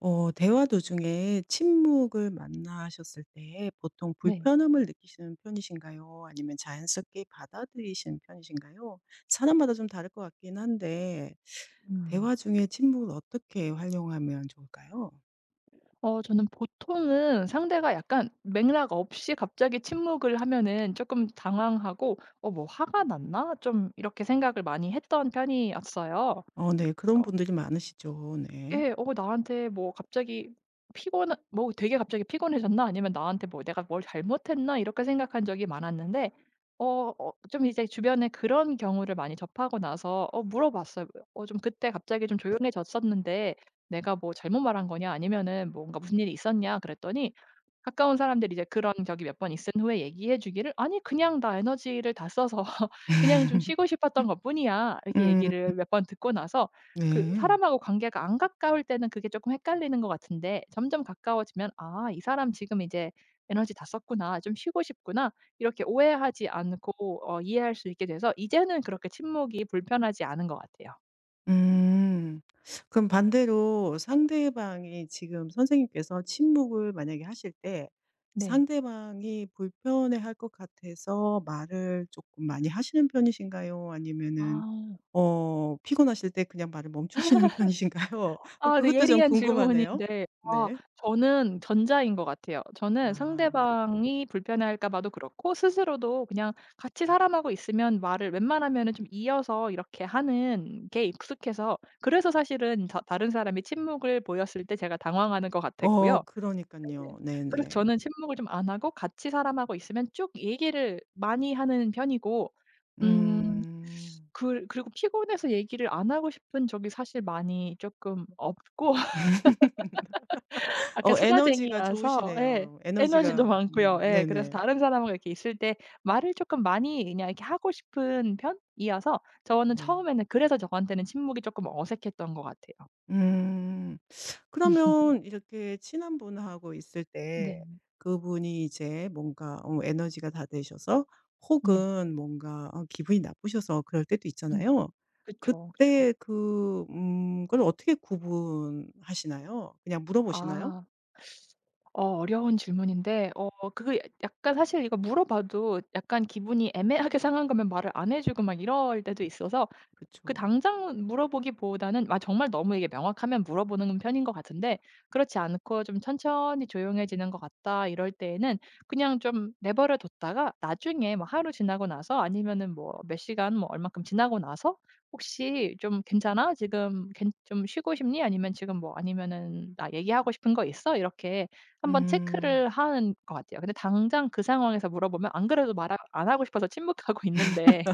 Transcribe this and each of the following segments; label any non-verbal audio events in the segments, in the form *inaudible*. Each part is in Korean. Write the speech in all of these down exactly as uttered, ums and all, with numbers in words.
어 대화 도중에 침묵을 만나셨을 때 보통 네. 불편함을 느끼시는 편이신가요? 아니면 자연스럽게 받아들이시는 편이신가요? 사람마다 좀 다를 것 같긴 한데 음. 대화 중에 침묵을 어떻게 활용하면 좋을까요? 어 저는 보통은 상대가 약간 맥락 없이 갑자기 침묵을 하면은 조금 당황하고 '어 뭐 화가 났나?' 좀 이렇게 생각을 많이 했던 편이었어요. 어 네. 그런 어 분들이 많으시죠. 네. 예. 어 나한테 뭐 갑자기 피곤한 뭐 '되게 갑자기 피곤해졌나?' 아니면 '나한테 뭐 내가 뭘 잘못했나?' 이렇게 생각한 적이 많았는데 어 어 좀 이제 주변에 그런 경우를 많이 접하고 나서 어 물어봤어요. "어 좀 그때 갑자기 좀 조용해졌었는데 내가 뭐 잘못 말한 거냐? 아니면은 뭔가 무슨 일이 있었냐?" 그랬더니 가까운 사람들이 이제 그런 적이 몇 번 있은 후에 얘기해 주기를 "아니 그냥 나 에너지를 다 써서 *laughs* 그냥 좀 쉬고 싶었던 것뿐이야." 이렇게 음. 얘기를 몇 번 듣고 나서 그 네. 사람하고 관계가 안 가까울 때는 그게 조금 헷갈리는 것 같은데 점점 가까워지면 '아 이 사람 지금 이제 에너지 다 썼구나. 좀 쉬고 싶구나.' 이렇게 오해하지 않고 어 이해할 수 있게 돼서 이제는 그렇게 침묵이 불편하지 않은 것 같아요. 음. 그럼 반대로 상대방이 지금 선생님께서 침묵을 만약에 하실 때 네. 상대방이 불편해할 것 같아서 말을 조금 많이 하시는 편이신가요? 아니면은 아. 어 피곤하실 때 그냥 말을 멈추시는 *laughs* 편이신가요? 어 아 네, 그것도 좀 예리한 궁금하네요. 질문인데. 아, 네. 저는 전자인 것 같아요. 저는 아. 상대방이 불편해할까 봐도 그렇고 스스로도 그냥 같이 사람하고 있으면 말을 웬만하면은 좀 이어서 이렇게 하는 게 익숙해서 그래서 사실은 다 다른 사람이 침묵을 보였을 때 제가 당황하는 것 어 같았고요. 그러니까 네. 요 그래서 네네. 저는 침묵을 좀 안 하고 같이 사람하고 있으면 쭉 얘기를 많이 하는 편이고 음 음. 그 그리고 피곤해서 얘기를 안 하고 싶은 적이 사실 많이 쪼끔 없고 약간 어 에너지가 수다쟁이라서. 예. 좋으시네요. 에너지도 에너지가 많고요. 음 예. 그래서 네네. 다른 사람하고 이렇게 있을 때 말을 쪼끔 많이 그냥 이렇게 하고 싶은 편이어서 저는 네. 처음에는 그래서 저한테는 침묵이 쪼끔 어색했던 것 같아요. 음. 그러면 이렇게 친한 분하고 있을 네. 때 그분이 이제 뭔가 어 에너지가 다 되셔서 음. 혹은 뭔가 어 기분이 나쁘셔서 그럴 때도 음. 있잖아요. 그쵸, 그쵸. 그때 그 음 그걸 어떻게 구분하시나요? 그냥 물어보시나요? 아. 어 어려운 질문인데, 어 그게 약간 사실 이거 물어봐도 약간 기분이 애매하게 상한 거면 말을 안 해 주고 막 이럴 때도 있어서 그 그쵸. 당장 물어보기보다는 아 정말 너무 이게 명확하면 물어보는 편인 것 같은데 그렇지 않고 좀 천천히 조용해지는 것 같다 이럴 때에는 그냥 좀 내버려 뒀다가 나중에 뭐 하루 지나고 나서 아니면은 뭐 몇 시간 뭐 얼마큼 지나고 나서 "혹시 좀 괜찮아? 지금 괜 좀 쉬고 싶니? 아니면 지금 뭐 아니면은 나 얘기하고 싶은 거 있어?" 이렇게 한번 음. 체크를 하는 것 같아요. 근데 당장 그 상황에서 물어보면 안 그래도 말 안 하고 싶어서 침묵하고 *laughs* 있는데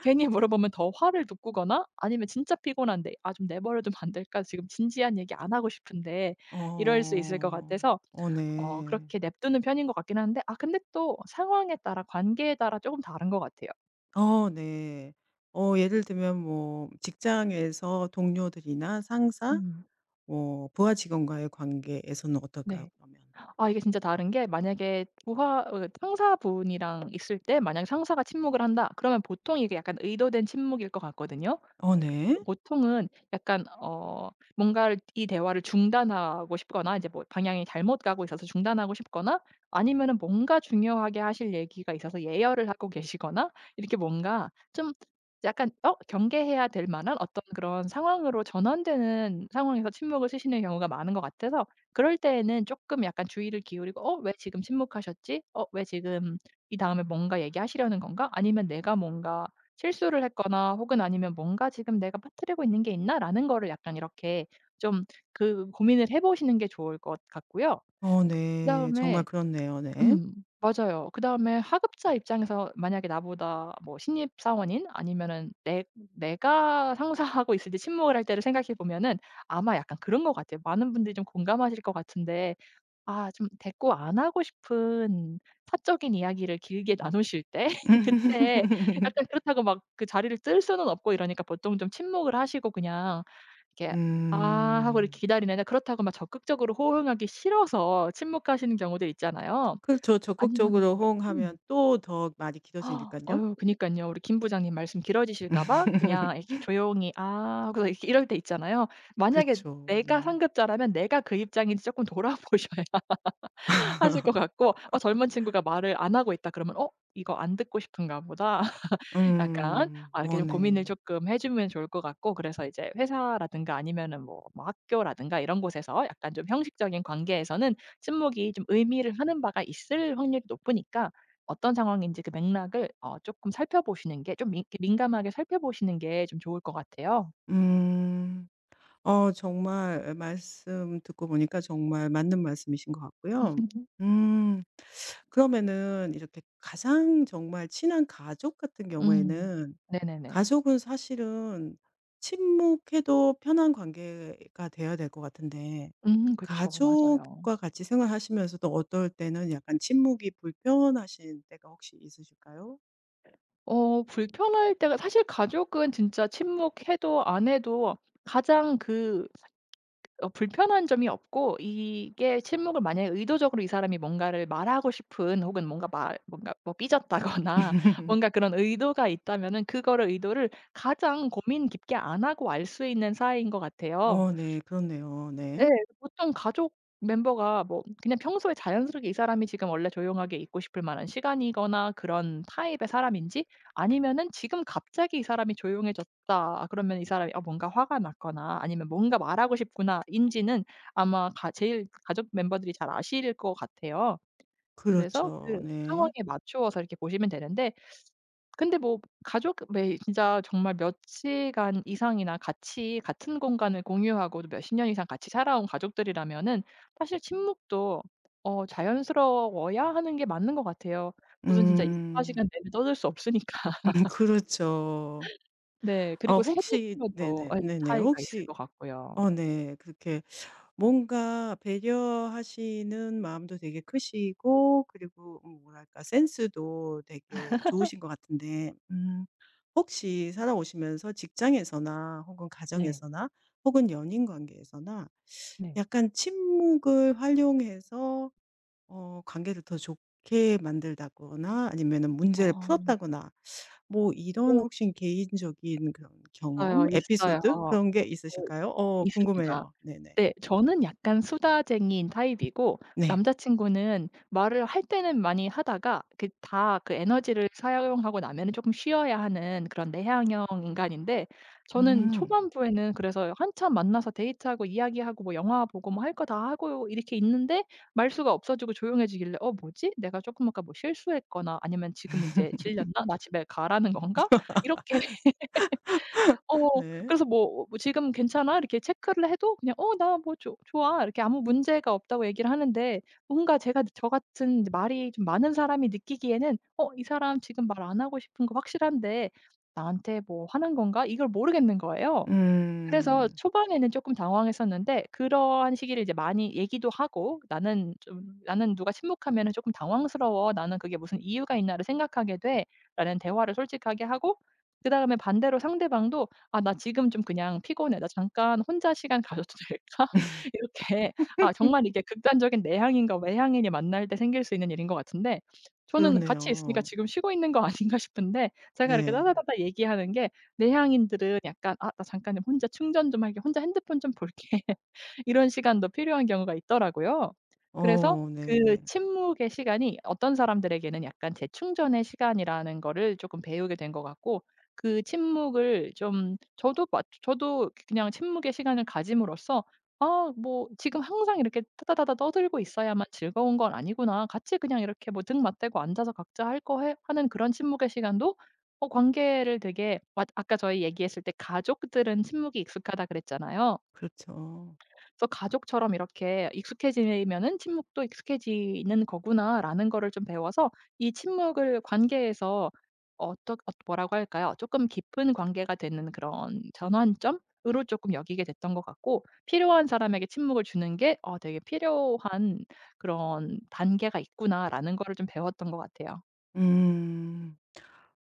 괜히 물어보면 더 화를 돋구거나 아니면 진짜 피곤한데 '아 좀 내버려 두면 안 될까? 지금 진지한 얘기 안 하고 싶은데.' 이럴 수 있을 것 어. 같아서 어 어 네. 그렇게 냅두는 편인 것 같긴 한데, 아 근데 또 상황에 따라 관계에 따라 조금 다른 것 같아요. 어 네. 어 예를 들면 뭐 직장에서 동료들이나 상사 음. 뭐 부하 직원과의 관계에서는 어떨까요 네. 그러면? 아 이게 진짜 다른 게 만약에 부하 어 상사분이랑 있을 때 만약에 상사가 침묵을 한다 그러면 보통 이게 약간 의도된 침묵일 것 같거든요. 어 네. 보통은 약간 어 뭔가를 이 대화를 중단하고 싶거나 이제 뭐 방향이 잘못 가고 있어서 중단하고 싶거나 아니면은 뭔가 중요하게 하실 얘기가 있어서 예열을 하고 계시거나 이렇게 뭔가 좀 약간 어 경계해야 될 만한 어떤 그런 상황으로 전환되는 상황에서 침묵을 쓰시는 경우가 많은 것 같아서 그럴 때에는 조금 약간 주의를 기울이고 '어 왜 지금 침묵하셨지? 어 왜 지금 이 다음에 뭔가 얘기하시려는 건가?' 아니면 '내가 뭔가 실수를 했거나 혹은 아니면 뭔가 지금 내가 빠뜨리고 있는 게 있나?'라는 거를 약간 이렇게 좀 그 고민을 해 보시는 게 좋을 것 같고요. 어 네. 정말 그다음에 그렇네요. 네. 음 맞아요. 그다음에 하급자 입장에서 만약에 나보다 뭐 신입 사원인 아니면은 내 내가 상사하고 있을 때 침묵을 할 때를 생각해 보면은 아마 약간 그런 것 같아요. 많은 분들이 좀 공감하실 것 같은데 아 좀 대꾸 안 하고 싶은 사적인 이야기를 길게 나누실 때 *laughs* 그때 *laughs* 약간 그렇다고 막 그 자리를 뜰 수는 없고 이러니까 보통 좀 침묵을 하시고 그냥 이렇게 "아." 하고 이렇게 음. 기다리는데 그렇다고 막 적극적으로 호응하기 싫어서 침묵하시는 경우들 있잖아요. 그렇죠. 아니면은 적극적으로 막 호응하면 음. 또 더 말이 길 *gasps* 어지니 아, 까요 어유 그니까요, 우리 김 부장님 말씀 길어지실까 봐 그냥 *laughs* 이렇게 조용히 "아." 하고서 이렇게 이럴 때 있잖아요. 만약에 그쵸. 내가 네. 상급자라면 내가 그 입장인지 조금 *laughs* 돌아보셔야 하실 것 같고, 어 젊은 친구가 말을 안 하고 있다 그러면 '어 이거 안 듣고 싶은가 보다.' *laughs* 약간 음. 아 이렇게 어 좀 고민을 네. 조금 해 주면 좋을 것 같고, 그래서 이제 회사라든가 아니면은 뭐 뭐 학교라든가 이런 곳에서 약간 좀 형식적인 관계에서는 침묵이 좀 의미를 하는 바가 있을 확률이 높으니까 어떤 상황인지 그 맥락을 어금 살펴보시는 게 좀민 민감하게 살펴보시는 게 좀 좋을 것 같아요. 음. 어 정말 말씀 듣고 보니까 정말 맞는 말씀이신 것 같고요. *laughs* 음. 그러면은 이렇게 가장 정말 친한 가족 같은 음. 경우에는 네네네. 가족은 사실은 침묵해도 편한 관계가 돼야 될 것 같은데 음 그쵸. 맞아요. 가족과 같이 생활하시면서도 어떨 때는 약간 침묵이 불편하신 때가 혹시 있으실까요? 어 불편할 때가 사실 가족은 진짜 침묵해도 안 해도 가장 그 어 불편한 점이 없고, 이게 침묵을 만약에 의도적으로 이 사람이 뭔가를 말하고 싶은 혹은 뭔가 말 뭔가 뭐 삐졌다거나 *laughs* *laughs* 뭔가 그런 의도가 있다면은 그거를 의도를 가장 고민 깊게 안 하고 알 수 있는 사이인 것 같아요. 어 네. 그렇네요. 예. 네. 보통 가족 멤버가 뭐 그냥 평소에 자연스럽게 이 사람이 지금 원래 조용하게 있고 싶을 만한 시간이거나 그런 타입의 사람인지 아니면은 지금 갑자기 이 사람이 조용해졌다, 아, 그러면 이 사람이 어 뭔가 화가 났거나 아니면 뭔가 말하고 싶구나인지는 아마 가 제일 가족 멤버들이 잘 아실 것 같아요. 그래서 그렇죠. 그 상황에 네. 맞추어서 이렇게 보시면 되는데 근데 뭐 가족 매 진짜 정말 몇 시간 이상이나 같이 같은 공간을 공유하고 또 몇십 년 이상 같이 살아온 가족들이라면은 사실 침묵도 어 자연스러워야 하는 게 맞는 것 같아요. 무슨 진짜 24 음. 시간 내내 떠들 수 없으니까. *laughs* *laughs* 그렇죠. 네. 어 그리고 혹시 세대별로도 네네. 예 네네. 차이가 있을 혹시 것 같고요. 어 네. 그렇게 뭔가 배려하시는 마음도 되게 크시고 그리고 음 뭐랄까 센스도 되게 좋으신 것 같은데 음 혹시 살아오시면서 직장에서나 혹은 네. 가정에서나 혹은 연인 관계에서나 네. 약간 침묵을 활용해서 어 관계를 더 좋게 만들다거나 아니면은 문제를 어. 풀었다거나 뭐 이런 어 혹시 개인적인 그런 맞아요. 경험, 있어요. 에피소드 어 그런 게 있으실까요? 어 있습니다. 궁금해요. 네네. 네. 저는 약간 수다쟁이인 타입이고 네. 남자친구는 말을 할 때는 많이 하다가 그 다 그 에너지를 사용하고 나면은 조금 쉬어야 하는 그런 내향형 인간인데 저는 음. 초반부에는 그래서 한참 만나서 데이트하고 이야기하고 뭐 영화 보고 뭐 할 거 다 하고 이렇게 있는데 말수가 없어지고 조용해지길래 '어 뭐지? 내가 조금 아까 뭐 실수했거나 아니면 지금 이제 *laughs* 질렸나? 나 집에 가라는 건가?' 이렇게, 어 네. 그래서 뭐 뭐 "지금 괜찮아?" 이렇게 체크를 해도 그냥 "어 나 뭐 좋 좋아." 이렇게 아무 문제가 없다고 얘기를 하는데 뭔가 제가 저 같은 이제 말이 좀 많은 사람이 느끼기에는 '어 이 사람 지금 말 안 하고 싶은 거 확실한데 나한테 뭐 화난 건가?' 이걸 모르겠는 거예요. 그래서 음. 초반에는 쪼끔 당황했었는데 그러한 시기를 이제 많이 얘기도 하고 "나는 좀 나는 누가 침묵하면은 쪼끔 당황스러워. 나는 그게 무슨 이유가 있나를 생각하게 돼."라는 대화를 솔직하게 하고 그다음에 반대로 상대방도 "아 나 지금 좀 그냥 피곤해. 나 잠깐 혼자 시간 가져도 *laughs* 될까?" 이렇게, 아 정말 이게 극단적인 내향인과 외향인이 만날 때 생길 수 있는 일인 것 같은데 저는 같이 있으니까 그렇네요. 지금 쉬고 있는 거 아닌가 *laughs* 싶은데 제가 이렇게 네. 따다다다 얘기하는 게, 내향인들은 약간 '아 나 잠깐 혼자 충전 좀 할게. 혼자 핸드폰 좀 볼게.' 이런 시간도 필요한 경우가 있더라고요. 그래서 어 그 네. 침묵의 시간이 어떤 사람들에게는 약간 재충전의 시간이라는 거를 조금 배우게 된 것 같고, 그 침묵을 좀 저도 마- 저도 그냥 침묵의 시간을 가짐으로써 '아 뭐 지금 항상 이렇게 따다다다 떠들고 있어야만 즐거운 건 아니구나. 같이 그냥 이렇게 뭐 등 맞대고 앉아서 각자 할 거 해.' 하는 그런 침묵의 시간도 어 관계를 되게 아- 아까 저희 얘기했을 때 가족들은 침묵이 익숙하다 그랬잖아요. 그렇죠. 그래서 가족처럼 이렇게 익숙해지면은 '침묵도 익숙해지는 거구나.'라는 거를 좀 배워서 이 침묵을 관계에서 어떻 엇 뭐라고 할까요? 쪼끔 깊은 관계가 되는 그런 전환점으로 쪼끔 여기게 됐던 것 같고, 필요한 사람에게 침묵을 주는 게 '어 되게 필요한 그런 단계가 있구나.'라는 거를 좀 배웠던 것 같아요. 음.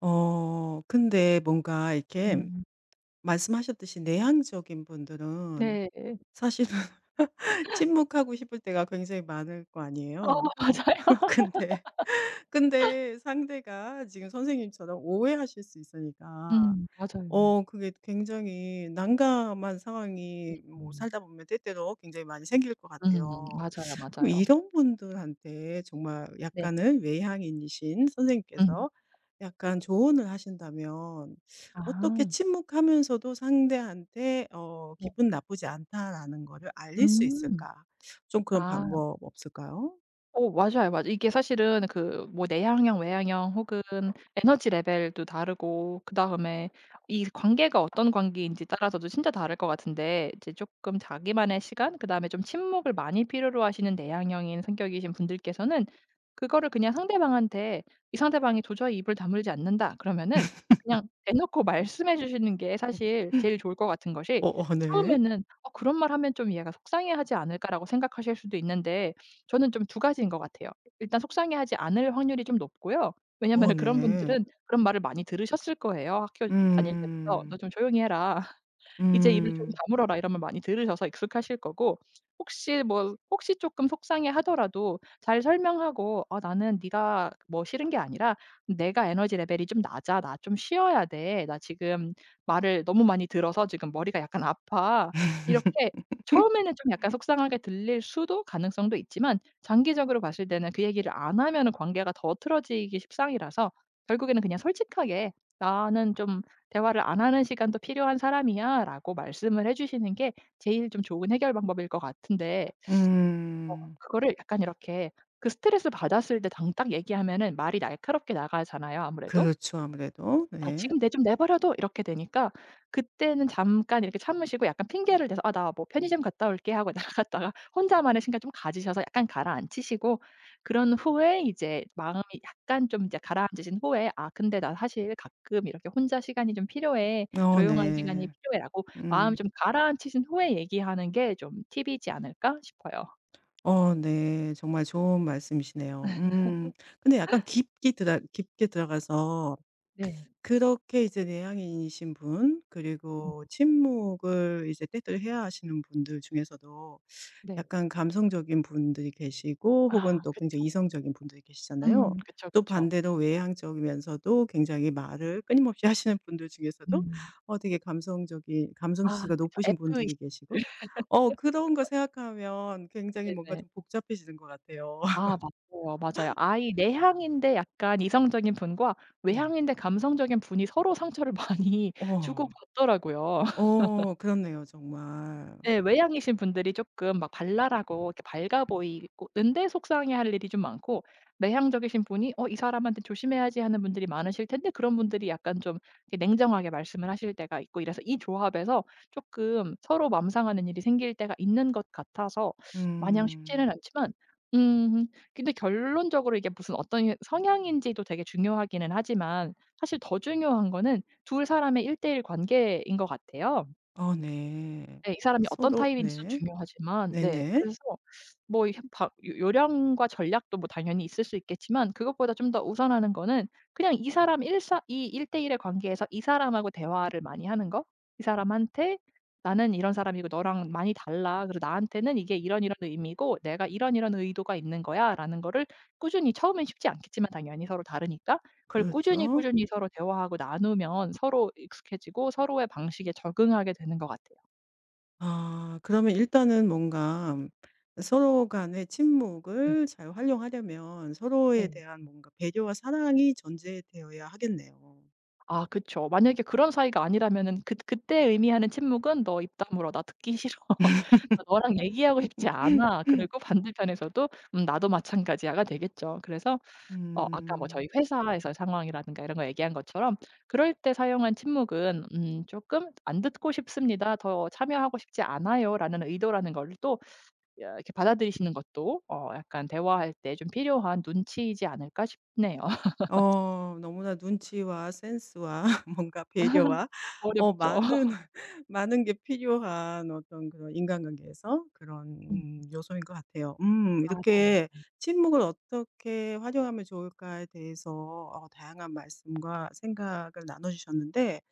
어 근데 뭔가 이렇게 음. 말씀하셨듯이 내향적인 분들은 네. 사실은 침묵하고 싶을 때가 굉장히 많을 거 어 아니에요. *laughs* 맞아요. *laughs* 근데 근데 상대가 지금 선생님처럼 오해하실 수 있으니까 음 맞아요. 어 그게 굉장히 난감한 상황이 뭐 음. 살다 보면 때때로 굉장히 많이 생길 것 음 같아요. 맞아요, 그럼 맞아요. 이런 분들한테 정말 네. 약간은 외향인이신 음. 선생님께서 약간 조언을 하신다면 어떻게 아. 침묵하면서도 상대한테 어 '기분 나쁘지 않다.'라는 거를 알릴 수 음. 있을까? 좀 그런 아. 방법 없을까요? 어 맞아요, 맞아요. 이게 사실은 그 뭐 내향형, 외향형 혹은 에너지 레벨도 다르고, 그다음에 이 관계가 어떤 관계인지 따라서도 진짜 다를 것 같은데, 이제 쪼끔 자기만의 시간 그다음에 좀 침묵을 많이 필요로 하시는 내향형인 성격이신 분들께서는 그거를 그냥 상대방한테, 이 상대방이 도저히 입을 다물지 않는다 그러면은 그냥 대놓고 *laughs* 말씀해 주시는 게 *laughs* 사실 제일 좋을 것 같은 것이, 어 어 네. 처음에는 '어 그런 말 하면 좀 얘가 속상해하지 않을까?'라고 생각하실 수도 있는데 저는 좀 두 가지인 것 같아요. 일단 속상해하지 않을 확률이 좀 높고요. 어 왜냐면은 그런 네. 분들은 그런 말을 많이 들으셨을 거예요. 학교 다닐 때부터 "너 음. 좀 조용히 해라." "이제 입을 좀 음. 다물어라." 이런 말 많이 들으셔서 익숙하실 거고, 혹시 뭐 혹시 쪼끔 속상해하더라도 잘 설명하고 "아 나는 네가 뭐 싫은 게 아니라 내가 에너지 레벨이 좀 낮아. 나 좀 쉬어야 돼. 나 지금 말을 너무 많이 들어서 지금 머리가 약간 아파." 이렇게, *laughs* 처음에는 좀 약간 속상하게 들릴 수도 가능성도 있지만 장기적으로 봤을 때는 그 얘기를 안 하면은 관계가 더 틀어지기 십상이라서 결국에는 그냥 솔직하게 "나는 좀 대화를 안 하는 시간도 필요한 사람이야."라고 말씀을 해 주시는 게 제일 좀 좋은 해결 방법일 것 같은데, 음. 그거를 약간 이렇게 그 스트레스받았을 때 당당 얘기하면은 말이 날카롭게 나가잖아요 아무래도. 그렇죠. 아무래도. 아 네. 지금 내 좀 내버려 둬. 이렇게 되니까 그때는 잠깐 이렇게 참으시고 약간 핑계를 대서 "아 나 뭐 편의점 갔다 올게." 하고 *laughs* 나갔다가 혼자만의 시간 좀 가지셔서 약간 가라앉히시고 그런 후에 이제 마음이 약간 좀 이제 가라앉으신 후에 "아 근데 나 사실 가끔 이렇게 혼자 시간이 좀 필요해. 어 조용한 시간이 네. 필요해."라고 마음 음. 좀 가라앉히신 후에 얘기하는 게 좀 팁이지 않을까 싶어요. 어 네. 정말 좋은 말씀이시네요. 음. 근데 약간 깊게 들어 깊게 들어가서 네. 그렇게 이제 내향인이신 분 음. 그리고 침묵을 이제 때때로 해야 하시는 분들 중에서도 네. 약간 감성적인 분들이 계시고 혹은 아 또 그쵸. 굉장히 이성적인 분들이 계시잖아요. 음 그쵸, 또 그쵸. 반대로 외향적이면서도 굉장히 말을 끊임없이 *laughs* 하시는 분들 중에서도 음. 어 되게 감성적인 감성 아 지수가 그쵸. 높으신 F-E-C. 분들이 계시고 어 그런 거 생각하면 굉장히 뭔가 네네. 좀 복잡해지는 것 같아요. 아 *laughs* 맞아요, 맞아요. 아이 내향인데 약간 이성적인 분과 네. 외향인데 감성적인 분이 서로 상처를 *laughs* 많이 어. 주고받더라고요. 어 그렇네요 정말. 예. 외향이신 분들이 쪼끔 막 발랄하고 이렇게 밝아 보이는데 속상해할 일이 좀 많고, 내향적이신 분이 '어 이 사람한테 조심해야지.' 하는 분들이 많으실 텐데 그런 분들이 약간 좀 이렇게 냉정하게 말씀을 하실 때가 있고, 이래서 이 조합에서 쪼끔 서로 맘상하는 일이 생길 때가 있는 것 같아서 마냥 음. 쉽지는 않지만 음 근데 결론적으로 이게 무슨 어떤 성향인지도 되게 중요하기는 하지만 사실 더 중요한 거는 둘 사람의 일대일 관계인 것 같아요. 어 네. 네. 이 사람이 어떤 서로 타입인지도 네. 중요하지만. 네. 네네. 그래서 뭐 이 바 요 요령과 전략도 뭐 당연히 있을 수 있겠지만 그것보다 좀 더 우선하는 거는 그냥 이 사람 일사 이 일대일의 관계에서 이 사람하고 대화를 많이 하는 거. 이 사람한테 "나는 이런 사람이고 너랑 많이 달라. 그래서 나한테는 이게 이런 이런 의미고 내가 이런 이런 의도가 있는 거야."라는 거를 꾸준히, 처음엔 쉽지 않겠지만 당연히 서로 다르니까 그걸 꾸준히, 그렇죠. 꾸준히 서로 대화하고 나누면 서로 익숙해지고 서로의 방식에 적응하게 되는 것 같아요. 아 그러면 일단은 뭔가 서로 간의 침묵을 잘 활용하려면 서로에 네. 대한 뭔가 배려와 사랑이 전제되어야 하겠네요. 아 그쵸. 만약에 그런 사이가 아니라면은 그 그때 의미하는 침묵은 "너 입 다물어. 나 듣기 *laughs* 싫어. 나 *laughs* 너랑 얘기하고 싶지 않아." 그리고 반대편에서도 "음 나도 마찬가지야."가 되겠죠. 그래서 어 아까 뭐 음. 저희 회사에서의 상황이라든가 이런 거 얘기한 것처럼 그럴 때 사용한 침묵은 음 쪼끔 "안 듣고 싶습니다. 더 참여하고 싶지 않아요."라는 의도라는 거를 또 야 이렇게 받아들이시는 것도 어 약간 대화할 때 좀 필요한 눈치이지 않을까 싶네요. *laughs* 어 너무나 눈치와 센스와 *laughs* 뭔가 배려와 어 어렵죠. 많은 *laughs* 많은 게 필요한 어떤 그런 인간관계에서 그런 음 음 요소인 것 같아요. 음 맞아요. 이렇게 침묵을 어떻게 활용하면 좋을까에 대해서 어 다양한 말씀과 생각을 나눠 주셨는데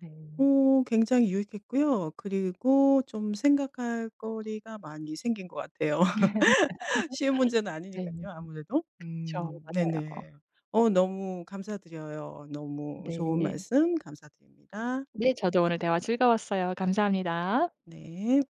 네. 어 굉장히 유익했고요. 그리고 좀 생각할 거리가 많이 생긴 것 같아요. *laughs* 쉬운 문제는 아니니 네. 까요 아무래도. 그쵸. 음 맞아요. 네네. 어 너무 감사드려요. 너무 좋은 네. 말씀 감사드립니다. 네. 저도 오늘 대화 즐거웠어요. 감사합니다. 네.